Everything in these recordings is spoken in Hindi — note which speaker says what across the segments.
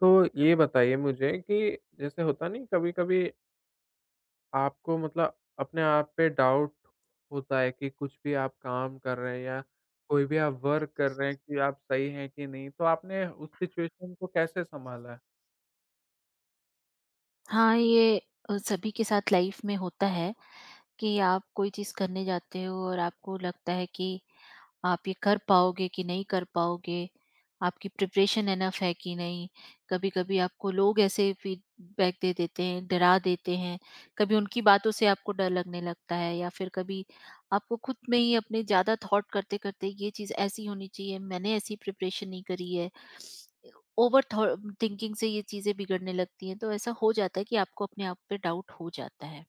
Speaker 1: तो ये बताइए मुझे कि जैसे होता नहीं कभी-कभी आपको मतलब अपने आप पे डाउट होता है कि कुछ भी आप काम कर रहे हैं या कोई भी आप वर्क कर रहे हैं कि आप सही हैं कि नहीं, तो आपने उस सिचुएशन को कैसे सँभाला है?
Speaker 2: हाँ, ये सभी के साथ लाइफ में होता है कि आप कोई चीज़ करने जाते हो और आपको लगता है कि आप ये कर पाओगे कि नहीं कर पाओगे, आपकी प्रिपरेशन इनफ है कि नहीं। कभी-कभी आपको लोग ऐसे फीडबैक दे देते हैं, डरा देते हैं, कभी उनकी बातों से आपको डर लगने लगता है, या फिर कभी आपको खुद में ही अपने ज़्यादा थॉट करते-करते ये चीज़ ऐसी होनी चाहिए, मैंने ऐसी प्रिपरेशन नहीं करी है। ओवर थॉ थिंकिंग से ये चीज़ें बिगड़ने लगती हैं, तो ऐसा हो जाता है कि आपको अपने आप पे डाउट हो जाता है।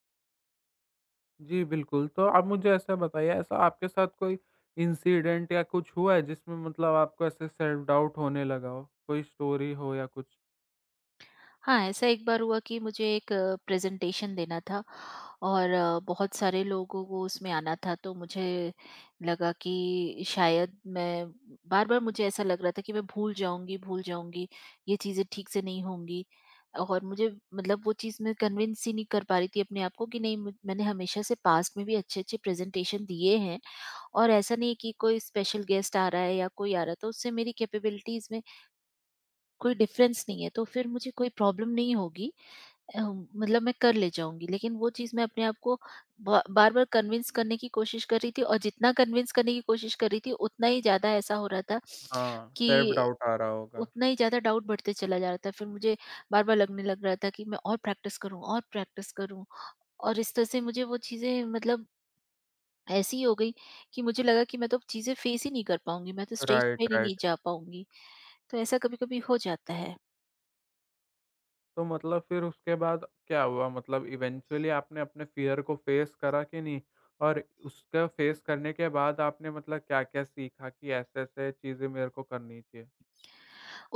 Speaker 1: जी, बिल्कुल। तो आप मुझे ऐसा बताइए ऐसा आपके साथ कोई इंसिडेंट या कुछ हुआ है जिसमें मतलब आपको ऐसे सेल्फ डाउट होने लगा हो? कोई स्टोरी हो या कुछ?
Speaker 2: हाँ, ऐसा एक बार हुआ कि मुझे एक प्रेज़ेंटेशन देना था और बहुत सारे लोगों को उसमें आना था, तो मुझे लगा कि शायद मैं बार-बार मुझे ऐसा लग रहा था कि मैं भूल जाऊँगी, ये चीज़ें ठीक से नहीं होंगी, और मुझे मतलब वो चीज़ मैं कन्विंस ही नहीं कर पा रही थी अपने आप को कि नहीं, म मैंने हमेशा से पास्ट में भी अच्छे-अच्छे प्रेज़ेंटेशन दिए हैं, और ऐसा नहीं है कि कोई स्पेशल गेस्ट आ रहा है या कोई आ रहा है तो उससे मेरी कैपेबिलिटीज़ में कोई डिफ़रेंस नहीं है, तो फिर मुझे कोई प्रॉब्लम नहीं होगी। मतलब मैं कर ले जाऊँगी, लेकिन वो चीज़ मैं अपने आप को ब बार-बार कन्विंस करने की कोशिश कर रही थी, और जितना कन्विंस करने की कोशिश कर रही थी, उतना ही ज़्यादा ऐसा हो रहा था
Speaker 1: हाँ, सेल्फ
Speaker 2: कि
Speaker 1: डाउट आ रहा होगा।
Speaker 2: उतना ही ज़्यादा डाउट बढ़ते चला जा रहा था। फिर मुझे बार-बार लगने लग रहा था कि मैं और प्रैक्टिस करूँ और प्रैक्टिस करूँ, और इस तरह से मुझे वो चीज़ें मतलब ऐसी हो गई कि मुझे लगा कि मैं तो अब चीज़ें फेस ही नहीं कर पाऊँगी, मैं तो स्टेज पे
Speaker 1: राइट,
Speaker 2: ही नहीं
Speaker 1: राइट।
Speaker 2: जा पाऊँगी। तो ऐसा कभी-कभी हो जाता है।
Speaker 1: तो मतलब फिर उसके बाद क्या हुआ? मतलब इवेंचुअली आपने अपने फ़ियर को फ़ेस करा कि नहीं? और उसका फ़ेस करने के बाद आपने मतलब क्या-क्या सीखा कि ऐसे-ऐसे चीज़ें मेरे को करनी चाहिए?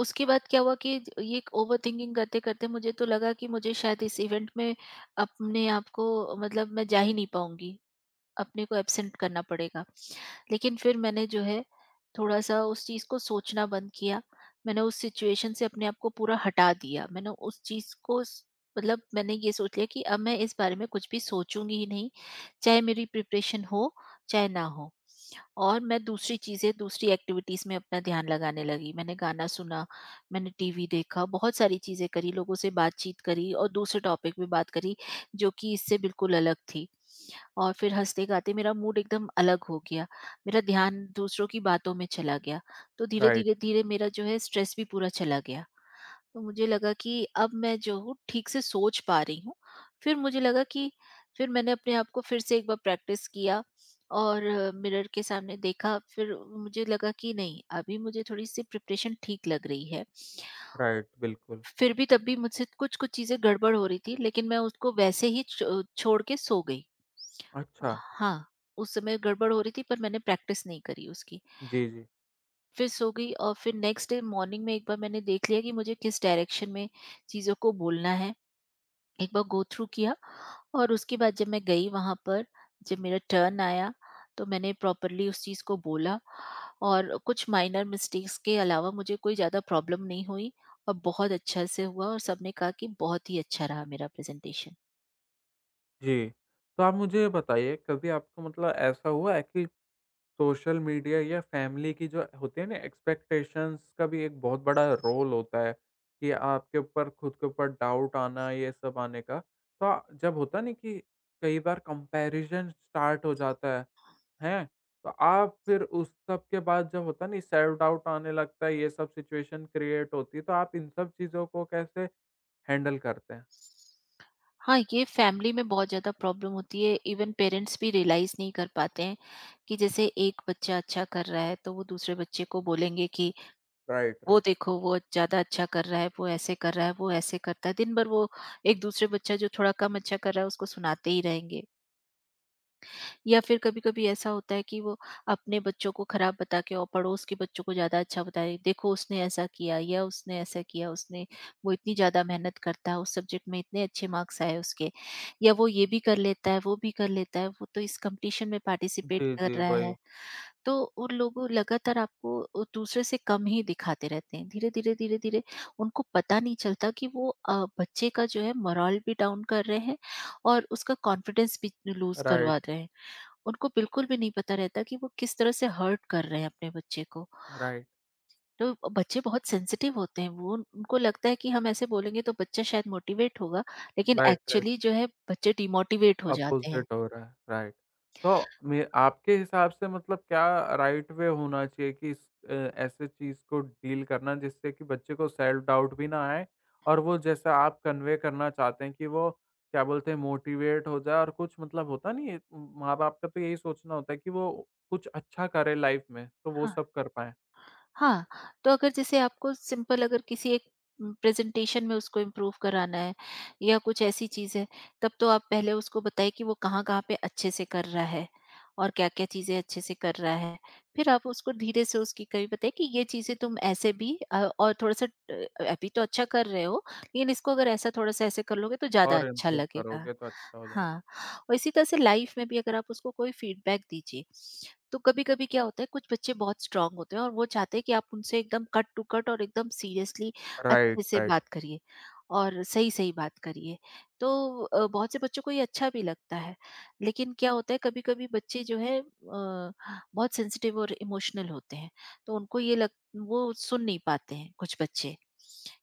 Speaker 2: उसके बाद क्या हुआ कि ये ओवरथिंकिंग करते-करते मुझे तो लगा कि मुझे शायद इस इवेंट में अपने आप को मतलब मैं जा ही नहीं पाऊँगी, अपने को एब्सेंट करना पड़ेगा। लेकिन फिर मैंने जो है थोड़ा-सा उस चीज़ को सोचना बंद किया, मैंने उस सिचुएशन से अपने आप को पूरा हटा दिया। मैंने उस चीज़ को स मतलब मैंने ये सोच लिया कि अब मैं इस बारे में कुछ भी सोचूँगी ही नहीं, चाहे मेरी प्रिपरेशन हो, चाहे ना हो। और मैं दूसरी चीज़ें, दूसरी एक्टिविटीज़ में अपना ध्यान लगाने लगी। मैंने गाना सुना, मैंने टीवी देखा, बहुत सारी चीज़ें करी, लोगों से बातचीत करी और दूसरे टॉपिक पे बात करी, जो कि इससे बिल्कुल अलग थी। और फिर हँसते-गाते मेरा मूड एकदम अलग हो गया। मेरा ध्यान दूसरों की बातों में चला गया। तो
Speaker 1: राइट,
Speaker 2: धीरे-धीरे, धीरे धीरे मेरा जो है स्ट्रेस भी पूरा चला गया। तो मुझे लगा कि अब मैं जो हूँ ठीक से सोच पा रही हूँ। फिर मुझे लगा कि फिर मैंने अपने आप को फिर से एक बार प्रैक्टिस किया और मिरर के सामने देखा, फिर मुझे लगा कि नहीं, अभी मुझे थोड़ी-सी प्रिपरेशन ठीक लग रही है।
Speaker 1: राइट, बिल्कुल।
Speaker 2: फिर भी, तब भी मुझसे कुछ-कुछ चीज़ें गड़बड़ हो रही थी, लेकिन मैं उसको वैसे ही छो छोड़ के सो गई।
Speaker 1: अच्छा,
Speaker 2: हाँ, उस समय गड़बड़ हो रही थी, पर मैंने प्रैक्टिस नहीं करी उसकी।
Speaker 1: जी, जी,
Speaker 2: फिर सो गई, और फिर नेक्स्ट डे मॉर्निंग में एक बार मैंने देख लिया कि मुझे किस डायरेक्शन में चीज़ों को बोलना है, एक बार गो थ्रू किया, और उसके बाद जब मैं गई वहाँ पर, जब मेरा टर्न आया, तो मैंने प्रॉपरली उस चीज़ को बोला, और कुछ माइनर मिस्टेक्स के अलावा मुझे कोई ज़्यादा प्रॉब्लम नहीं हुई, और बहुत अच्छा से हुआ, और सबने कहा कि बहुत ही अच्छा रहा मेरा प्रेज़ेंटेशन।
Speaker 1: जी। तो आप मुझे ये बताइए कभी आपको मतलब ऐसा हुआ है कि सोशल मीडिया या फैमिली की जो होती है ना एक्सपेक्टेशंस का भी एक बहुत बड़ा रोल होता है कि आपके ऊपर खुद के ऊपर डाउट आना ये सब आने का तो जब होता नहीं कि कई बार कंपैरिजन स्टार्ट हो जाता है, हैं? तो आप फिर उस सब के बाद जब होता नहीं सेल्फ डाउट आने लगता है ये सब सिचुएशन क्रिएट होती है तो आप इन सब चीज़ों को कैसे हैंडल करते हैं?
Speaker 2: हाँ, ये फैमिली में बहुत ज़्यादा प्रॉब्लम होती है, इवन पेरेंट्स भी रियलाइज़ नहीं कर पाते हैं कि जैसे एक बच्चा अच्छा कर रहा है, तो वो दूसरे बच्चे को बोलेंगे कि
Speaker 1: राइट,
Speaker 2: वो
Speaker 1: राइट।
Speaker 2: देखो, वो ज़्यादा अच्छा कर रहा है, वो ऐसे कर रहा है, वो ऐसे करता है। दिन भर वो एक दूसरे बच्चा जो थोड़ा कम अच्छा कर रहा है उसको सुनाते ही रहेंगे। या फिर कभी-कभी ऐसा होता है कि वो अपने बच्चों को खराब बता के और पड़ोस के बच्चों को ज़्यादा अच्छा बताए, देखो उसने ऐसा किया या उसने ऐसा किया, उसने वो इतनी ज़्यादा मेहनत करता है, उस सब्जेक्ट में इतने अच्छे मार्क्स आए उसके। या वो ये भी कर लेता है, वो भी कर लेता है, वो तो इस कॉम्पिटिशन में पार्टिसिपेट
Speaker 1: जी,
Speaker 2: कर
Speaker 1: जी,
Speaker 2: रहा
Speaker 1: भाई।
Speaker 2: है। तो उन लोगों लगातार आपको दूसरे से कम ही दिखाते रहते हैं। धीरे-धीरे, धीरे-धीरे उनको पता नहीं चलता कि वो बच्चे का जो है मोरल भी डाउन कर रहे हैं और उसका कॉन्फिडेंस भी लूज़
Speaker 1: राइट,
Speaker 2: करवा रहे हैं। उनको बिल्कुल भी नहीं पता रहता कि वो किस तरह से हर्ट कर रहे हैं अपने बच्चे को।
Speaker 1: राइट,
Speaker 2: तो बच्चे बहुत सेंसिटिव होते हैं। वो उनको लगता है कि हम ऐसे बोलेंगे तो बच्चा शायद मोटिवेट होगा, लेकिन
Speaker 1: राइट, राइट।
Speaker 2: एक्चुअली जो है बच्चे डिमोटिवेट हो जाते हैं।
Speaker 1: अपोज़िट हो रहा है, राइट। तो मे आपके हिसाब से मतलब क्या राइट वे होना चाहिए कि इस ऐसे चीज़ को डील करना जिससे कि बच्चे को सेल्फ डाउट भी ना आए और वो जैसा आप कन्वे करना चाहते हैं कि वो क्या बोलते हैं मोटिवेट हो जाए, और कुछ मतलब होता नहीं है माँ-बाप का तो यही सोचना होता है कि वो कुछ अच्छा करे लाइफ़ में, तो वो
Speaker 2: हाँ।
Speaker 1: सब कर पाएँ।
Speaker 2: हाँ, तो अगर जैसे आपको सिंपल अगर किसी एक प्रेज़ेंटेशन में उसको इम्प्रूव कराना है या कुछ ऐसी चीज़ है, तब तो आप पहले उसको बताइए कि वो कहाँ-कहाँ पे अच्छे से कर रहा है और क्या-क्या चीज़ें अच्छे से कर रहा है। फिर आप उसको धीरे से उसकी कमी बताइए कि ये चीज़ें तुम ऐसे भी और थोड़ा-सा अभी तो अच्छा कर रहे हो, लेकिन इसको अगर ऐसा थोड़ा-सा ऐसे कर लोगे तो ज़्यादा
Speaker 1: और
Speaker 2: अच्छा
Speaker 1: इम्प्रूव
Speaker 2: लगेगा।
Speaker 1: करोगे तो अच्छा हो जाएगा।
Speaker 2: हाँ, और इसी तरह से लाइफ़ में भी अगर आप उसको कोई फीडबैक दीजिए, तो कभी-कभी क्या होता है, कुछ बच्चे बहुत स्ट्रांग होते हैं और वो चाहते हैं कि आप उनसे एकदम कट टू कट और एकदम सीरियसली
Speaker 1: राइट,
Speaker 2: अच्छे से
Speaker 1: राइट,
Speaker 2: बात करिए और सही-सही बात करिए। तो बहुत से बच्चों को ये अच्छा भी लगता है। लेकिन क्या होता है, कभी-कभी बच्चे जो है बहुत सेंसिटिव और इमोशनल होते हैं। तो उनको ये लग वो सुन नहीं पाते हैं कुछ बच्चे,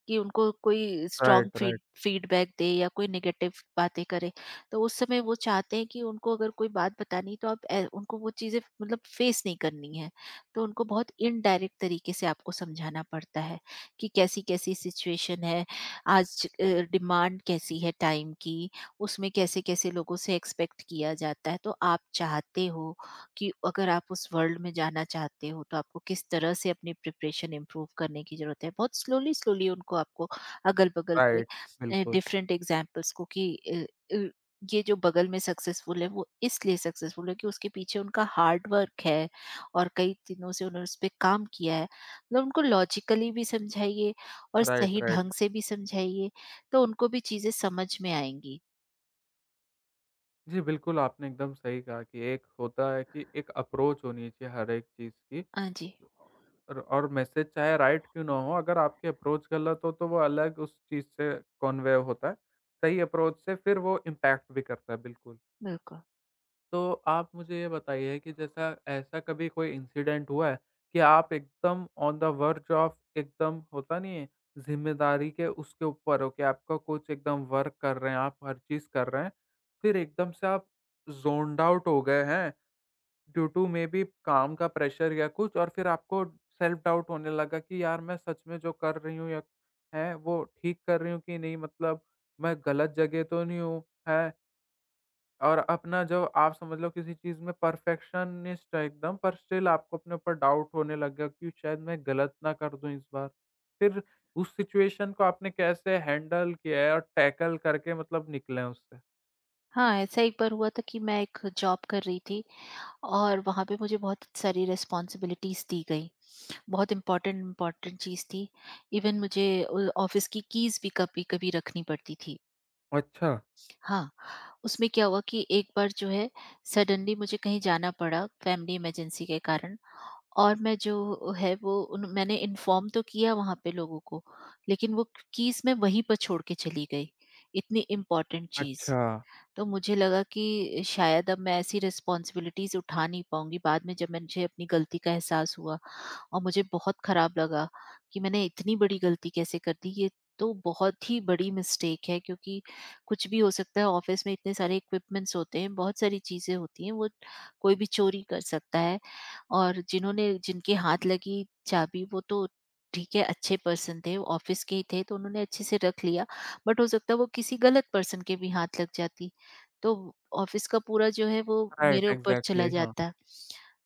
Speaker 2: कि उनको कोई स्ट्रांग
Speaker 1: राइट, राइट,
Speaker 2: फीडबैक दे या कोई नेगेटिव बातें करे, तो उस समय वो चाहते हैं कि उनको अगर कोई बात बतानी है, तो आप उनको वो चीज़ें मतलब फेस नहीं करनी है, तो उनको बहुत इनडायरेक्ट तरीके से आपको समझाना पड़ता है कि कैसी कैसी सिचुएशन है आज, डिमांड कैसी है टाइम की, उसमें कैसे कैसे लोगों से एक्सपेक्ट किया जाता है, तो आप चाहते हो कि अगर आप उस वर्ल्ड में जाना चाहते हो, तो आपको किस तरह से अपनी प्रिपरेशन इम्प्रूव करने की ज़रूरत है, बहुत स्लोली स्लोली उनको आपको अगल बगल
Speaker 1: राइट,
Speaker 2: के
Speaker 1: बिल्कुल।
Speaker 2: डिफरेंट एग्जाम्पल्स को कि ये जो बगल में सक्सेसफुल है वो इसलिए सक्सेसफुल है कि उसके पीछे उनका हार्ड वर्क है और कई दिनों से उन्होंने उस पे काम किया है, मतलब उनको लॉजिकली भी समझाइए और
Speaker 1: राइट,
Speaker 2: सही
Speaker 1: राइट।
Speaker 2: ढंग से भी समझाइए। तो उनको भी चीजें समझ में आएंगी।
Speaker 1: जी, बिल्कुल, आपने एकदम सही कहा कि एक होता है कि एक अप्रोच होनी चाहिए हर एक चीज़ की,
Speaker 2: हाँ जी,
Speaker 1: और मैसेज चाहे राइट क्यों ना हो, अगर आपकी अप्रोच गलत हो, तो वो अलग उस चीज़ से कॉन्वेव होता है। सही अप्रोच से फिर वो इम्पैक्ट भी करता है, बिल्कुल।
Speaker 2: बिल्कुल।
Speaker 1: तो आप मुझे ये बताइए कि जैसा ऐसा कभी कोई इंसिडेंट हुआ है कि आप एकदम ऑन द वर्ज ऑफ एकदम होता नहीं है ज़िम्मेदारी के उसके ऊपर हो कि आपका कुछ एकदम वर्क कर रहे हैं, आप हर चीज़ कर रहे हैं, फिर एकदम से आप ज़ोन्ड आउट हो गए हैं ड्यू टू मे बी काम का प्रेशर या कुछ, और फिर आपको सेल्फ डाउट होने लगा कि यार मैं सच में जो कर रही हूँ या है वो ठीक कर रही हूँ कि नहीं, मतलब मैं गलत जगह तो नहीं हूँ, हैं? और अपना जो आप समझ लो किसी चीज़ में परफेक्शनिस्ट है एकदम, पर स्टिल आपको अपने ऊपर डाउट होने लग गया कि शायद मैं गलत ना कर दूँ इस बार। फिर उस सिचुएशन को आपने कैसे हैंडल किया है और टैकल करके मतलब निकले हैं उससे?
Speaker 2: हाँ, ऐसा एक बार हुआ था कि मैं एक जॉब कर रही थी और वहाँ पे मुझे बहुत सारी रिस्पॉन्सिबिलिटीज दी गई, बहुत इम्पोर्टेंट इम्पोर्टेंट चीज़ थी, इवन मुझे ऑफिस की कीज़ भी कभी कभी रखनी पड़ती थी।
Speaker 1: अच्छा,
Speaker 2: हाँ, उसमें क्या हुआ कि एक बार जो है सडनली मुझे कहीं जाना पड़ा फैमिली इमरजेंसी के कारण, और मैं जो है वो उन मैंने इन्फॉर्म तो किया वहाँ पे लोगों को, लेकिन वो कीज़ मैं वहीं पर छोड़ के चली गई, इतनी इम्पोर्टेंट चीज़।
Speaker 1: अच्छा।
Speaker 2: तो मुझे लगा कि शायद अब मैं ऐसी रिस्पॉन्सिबिलिटीज़ उठा नहीं पाऊँगी। बाद में जब मुझे अपनी गलती का एहसास हुआ और मुझे बहुत ख़राब लगा कि मैंने इतनी बड़ी गलती कैसे कर दी। ये तो बहुत ही बड़ी मिस्टेक है, क्योंकि कुछ भी हो सकता है। ऑफ़िस में इतने सारे इक्विपमेंट्स होते हैं, बहुत सारी चीज़ें होती हैं, वो कोई भी चोरी कर सकता है। और जिन्होंने जिनके हाथ लगी चाबी वो तो ठीक है, अच्छे पर्सन थे, ऑफ़िस के ही थे, तो उन्होंने अच्छे से रख लिया। बट हो सकता है वो किसी गलत पर्सन के भी हाथ लग जाती। तो ऑफिस का पूरा जो है वो
Speaker 1: राइट,
Speaker 2: मेरे ऊपर चला
Speaker 1: एग्ज़ैक्टली, हाँ।
Speaker 2: जाता।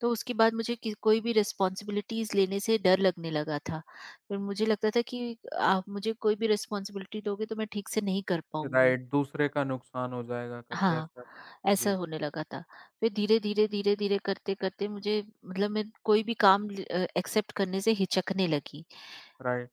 Speaker 2: तो उसके बाद मुझे कि कोई भी रिस्पॉन्सिबिलिटीज़ लेने से डर लगने लगा था। फिर मुझे लगता था कि आप मुझे कोई भी रिस्पॉन्सिबिलिटी दोगे तो मैं ठीक से नहीं कर पाऊँगी।
Speaker 1: राइट, दूसरे का नुकसान हो जाएगा करके
Speaker 2: हाँ,
Speaker 1: ऐसा।
Speaker 2: ऐसा
Speaker 1: जी,
Speaker 2: होने लगा था। फिर धीरे-धीरे, धीरे-धीरे करते-करते मुझे मतलब मैं कोई भी काम एक्सेप्ट करने से हिचकने लगी।
Speaker 1: राइट।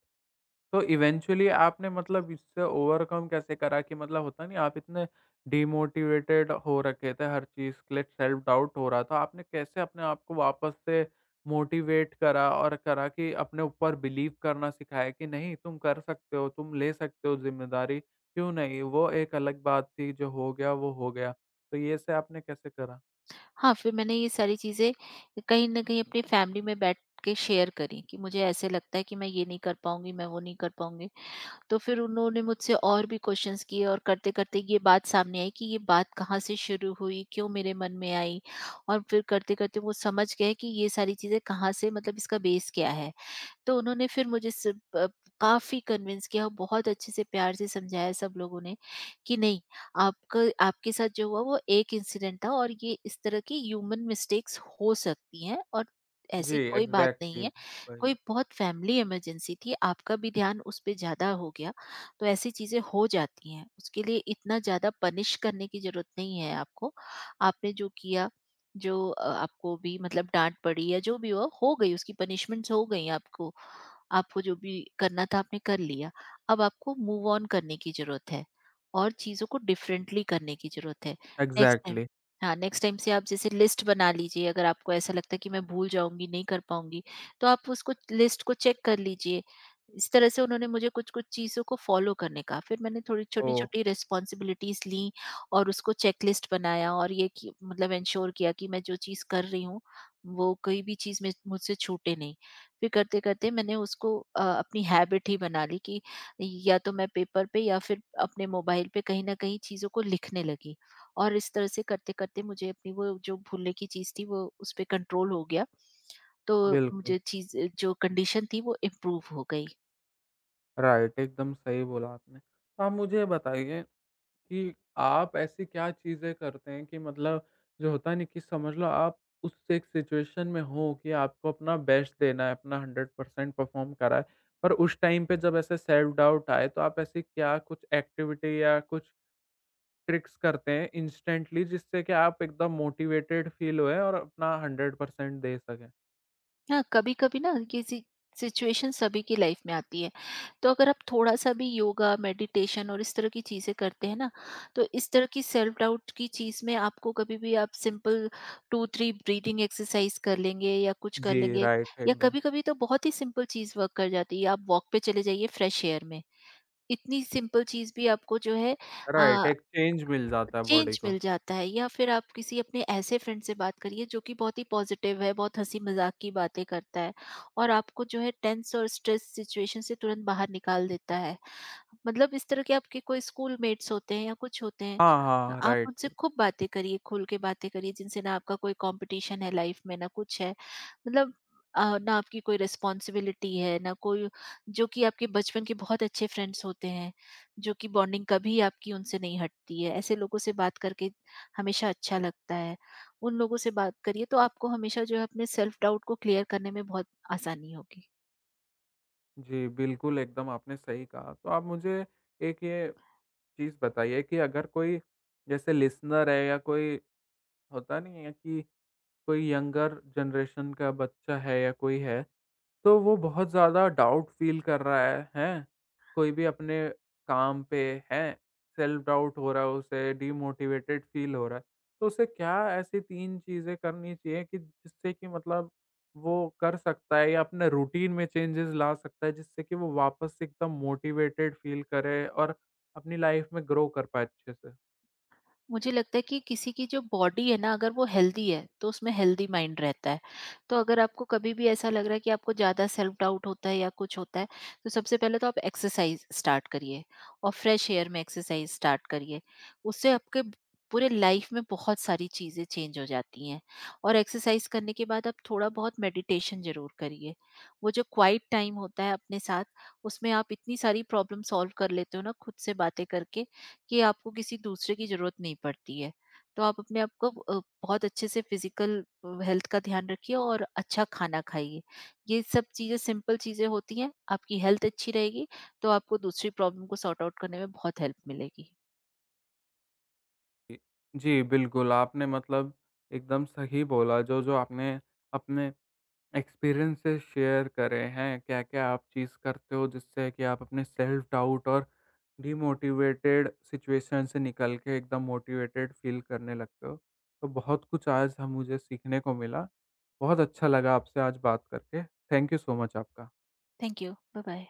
Speaker 1: तो इवेंचुअली आपने मतलब इससे ओवरकम कैसे करा कि मतलब होता नहीं आप इतने डिमोटिवेटेड हो रखे थे, हर चीज़ के लिए सेल्फ डाउट हो रहा था, आपने कैसे अपने आप को वापस से मोटिवेट करा और करा कि अपने ऊपर बिलीव करना सिखाया कि नहीं तुम कर सकते हो, तुम ले सकते हो जिम्मेदारी, क्यों नहीं, वो एक अलग बात थी जो हो गया वो हो गया, तो ये से आपने कैसे करा?
Speaker 2: हाँ, फिर मैंने ये सारी चीज़ें कहीं न कहीं अपनी फैमिली में बैठ के शेयर करी कि मुझे ऐसे लगता है कि मैं ये नहीं कर पाऊँगी, मैं वो नहीं कर पाऊँगी। तो फिर उन्होंने मुझसे और भी क्वेश्चंस किए और करते-करते ये बात सामने आई कि ये बात कहाँ से शुरू हुई, क्यों मेरे मन में आई, और फिर करते-करते वो समझ गए कि ये सारी चीज़ें कहाँ से मतलब इसका बेस क्या है। तो उन्होंने फिर मुझे सिर्फ प काफ़ी कन्विंस किया, और बहुत अच्छे से प्यार से समझाया सब लोगों ने कि नहीं, आपका आपके साथ जो हुआ वो एक इंसिडेंट था, और ये इस तरह की ह्यूमन मिस्टेक्स हो सकती हैं और
Speaker 1: जी,
Speaker 2: ऐसी कोई बात
Speaker 1: एग्जैक्टली।
Speaker 2: नहीं है।
Speaker 1: वही।
Speaker 2: कोई बहुत फैमिली इमरजेंसी थी, आपका भी ध्यान उस पे ज़्यादा हो गया, तो ऐसी चीज़ें हो जाती हैं। उसके लिए इतना ज़्यादा पनिश करने की ज़रूरत नहीं है आपको। आपने जो किया, जो आपको भी मतलब डाँट पड़ी या जो भी हो गई, उसकी पनिशमेंट्स हो गई आपको। आपको जो भी करना था आपने कर लिया। अब आपको मूव ऑन करने की ज़रूरत है और चीज़ों को डिफरेंटली करने की ज़रूरत है। Next time,
Speaker 1: exactly.
Speaker 2: हाँ, नेक्स्ट टाइम से आप जैसे लिस्ट बना लीजिए। अगर आपको ऐसा लगता है कि मैं भूल जाऊँगी, नहीं कर पाऊँगी, तो आप उसको लिस्ट को चेक कर लीजिए। इस तरह से उन्होंने मुझे कुछ-कुछ चीज़ों को फ़ॉलो करने का, फिर मैंने थोड़ी
Speaker 1: ओ,
Speaker 2: छोटी-छोटी रिस्पॉन्सिबिलिटीज़ ली और उसको चेकलिस्ट बनाया, और ये कि मतलब एंश्योर किया कि मैं जो चीज़ कर रही हूँ, वो कोई भी चीज़ में मुझसे छूटे नहीं। फिर करते-करते मैंने उसको अपनी हैबिट ही बना ली कि या तो मैं पेपर पे या फिर अपने मोबाइल पे कहीं न कहीं चीज़ों को लिखने लगी। और इस तरह से करते-करते मुझे अपनी वो जो भूलने की चीज़ थी, वो उस पे कंट्रोल हो गया। तो
Speaker 1: बिल्कुल।
Speaker 2: मुझे चीज़, जो कंडीशन थी, वो इम्प्रूव हो गई।
Speaker 1: राइट, एकदम सही बोला आपने। तो आप मुझे ये बताइए कि आप ऐसी क्या चीज़ें करते हैं कि मतलब जो होता है ना कि समझ लो आप उस एक सिचुएशन में हो कि आपको अपना बेस्ट देना है, अपना 100% परफ़ॉर्म करा है, पर उस टाइम पे जब ऐसे सेल्फ डाउट आए, तो आप ऐसी क्या कुछ एक्टिविटी या कुछ ट्रिक्स करते हैं इंस्टेंटली जिससे कि आप एकदम मोटिवेटेड फ़ील होएँ और अपना 100% दे सकें?
Speaker 2: हाँ, कभी-कभी ना ये सि सिचुएशन सभी की लाइफ में आती है। तो अगर आप थोड़ा-सा भी योगा, मेडिटेशन और इस तरह की चीज़ें करते हैं ना, तो इस तरह की सेल्फ डाउट की चीज़ में आपको, कभी भी आप सिंपल 2-3 ब्रीथिंग एक्सरसाइज कर लेंगे या कुछ कर
Speaker 1: जी,
Speaker 2: लेंगे,
Speaker 1: राइट,
Speaker 2: या
Speaker 1: एकदम।
Speaker 2: कभी-कभी तो बहुत ही सिंपल चीज़ वर्क कर जाती है। आप वॉक पे चले जाइए फ्रेश एयर में। इतनी सिंपल चीज़ भी आपको जो है,
Speaker 1: राइट,
Speaker 2: अ,
Speaker 1: एक चेंज मिल जाता है बॉडी
Speaker 2: चेंज
Speaker 1: को।
Speaker 2: मिल जाता है। या फिर आप किसी अपने ऐसे फ्रेंड से बात करिए जो कि बहुत ही पॉजिटिव है, बहुत हंसी मजाक की बातें करता है और आपको जो है टेंस और स्ट्रेस सिचुएशन से तुरंत बाहर निकाल देता है। मतलब इस तरह के आपके कोई स्कूलमेट्स होते हैं या कुछ होते हैं,
Speaker 1: हाँ,
Speaker 2: तो
Speaker 1: हाँ,
Speaker 2: आप उनसे
Speaker 1: राइट।
Speaker 2: खूब बातें करिए, खुल के बातें करिए, जिनसे ना आपका कोई कॉम्पिटिशन है लाइफ में, ना कुछ है। मतलब ना आपकी कोई रिस्पॉन्सिबिलिटी है, ना कोई, जो कि आपके बचपन के बहुत अच्छे फ्रेंड्स होते हैं, जो कि बॉन्डिंग कभी आपकी उनसे नहीं हटती है। ऐसे लोगों से बात करके हमेशा अच्छा लगता है। उन लोगों से बात करिए, तो आपको हमेशा जो है अपने सेल्फ डाउट को क्लियर करने में बहुत आसानी होगी।
Speaker 1: जी, बिल्कुल, एकदम आपने सही कहा। तो आप मुझे एक ये चीज़ बताइए कि अगर कोई जैसे लिसनर है या कोई होता नहीं है कि कोई यंगर जनरेशन का बच्चा है या कोई है, तो वो बहुत ज़्यादा डाउट फ़ील कर रहा है, हैं? कोई भी अपने काम पे, हैं, सेल्फ डाउट हो रहा है उसे, डीमोटिवेटेड फ़ील हो रहा है। तो उसे क्या ऐसी 3 चीज़ें करनी चाहिए कि जिससे कि मतलब वो कर सकता है या अपने रूटीन में चेंजेज़ ला सकता है जिससे कि वो वापस से एकदम मोटिवेटेड फ़ील करे और अपनी लाइफ़ में ग्रो कर पाए अच्छे से?
Speaker 2: मुझे लगता है कि किसी की जो बॉडी है ना, अगर वो हेल्दी है तो उसमें हेल्दी माइंड रहता है। तो अगर आपको कभी भी ऐसा लग रहा है कि आपको ज़्यादा सेल्फ डाउट होता है या कुछ होता है, तो सबसे पहले तो आप एक्सरसाइज स्टार्ट करिए, और फ्रेश एयर में एक्सरसाइज स्टार्ट करिए। उससे पूरे लाइफ में बहुत सारी चीज़ें चेंज हो जाती हैं। और एक्सरसाइज करने के बाद आप थोड़ा बहुत मेडिटेशन ज़रूर करिए। वो जो क्वाइट टाइम होता है अपने साथ, उसमें आप इतनी सारी प्रॉब्लम सॉल्व कर लेते हो ना खुद से बातें करके, कि आपको किसी दूसरे की ज़रूरत नहीं पड़ती है। तो आप अपने आप को बहुत अच्छे से फिज़िकल हेल्थ का ध्यान रखिए और अच्छा खाना खाइए। ये सब चीज़ें सिंपल चीज़ें होती हैं, आपकी हेल्थ अच्छी रहेगी, तो आपको दूसरी प्रॉब्लम को सॉर्ट आउट करने में बहुत हेल्प मिलेगी।
Speaker 1: जी, जी, बिल्कुल, आपने मतलब एकदम सही बोला, जो आपने अपने एक्सपीरियंसेस शेयर करें हैं, क्या-क्या आप चीज़ करते हो जिससे कि आप अपने सेल्फ डाउट और डीमोटिवेटेड सिचुएशन से निकल के एकदम मोटिवेटेड फील करने लगते हो? तो बहुत कुछ आज हम मुझे सीखने को मिला। बहुत अच्छा लगा आपसे आज बात करके। थैंक यू सो मच आपका।
Speaker 2: Thank you. बाय-बाय।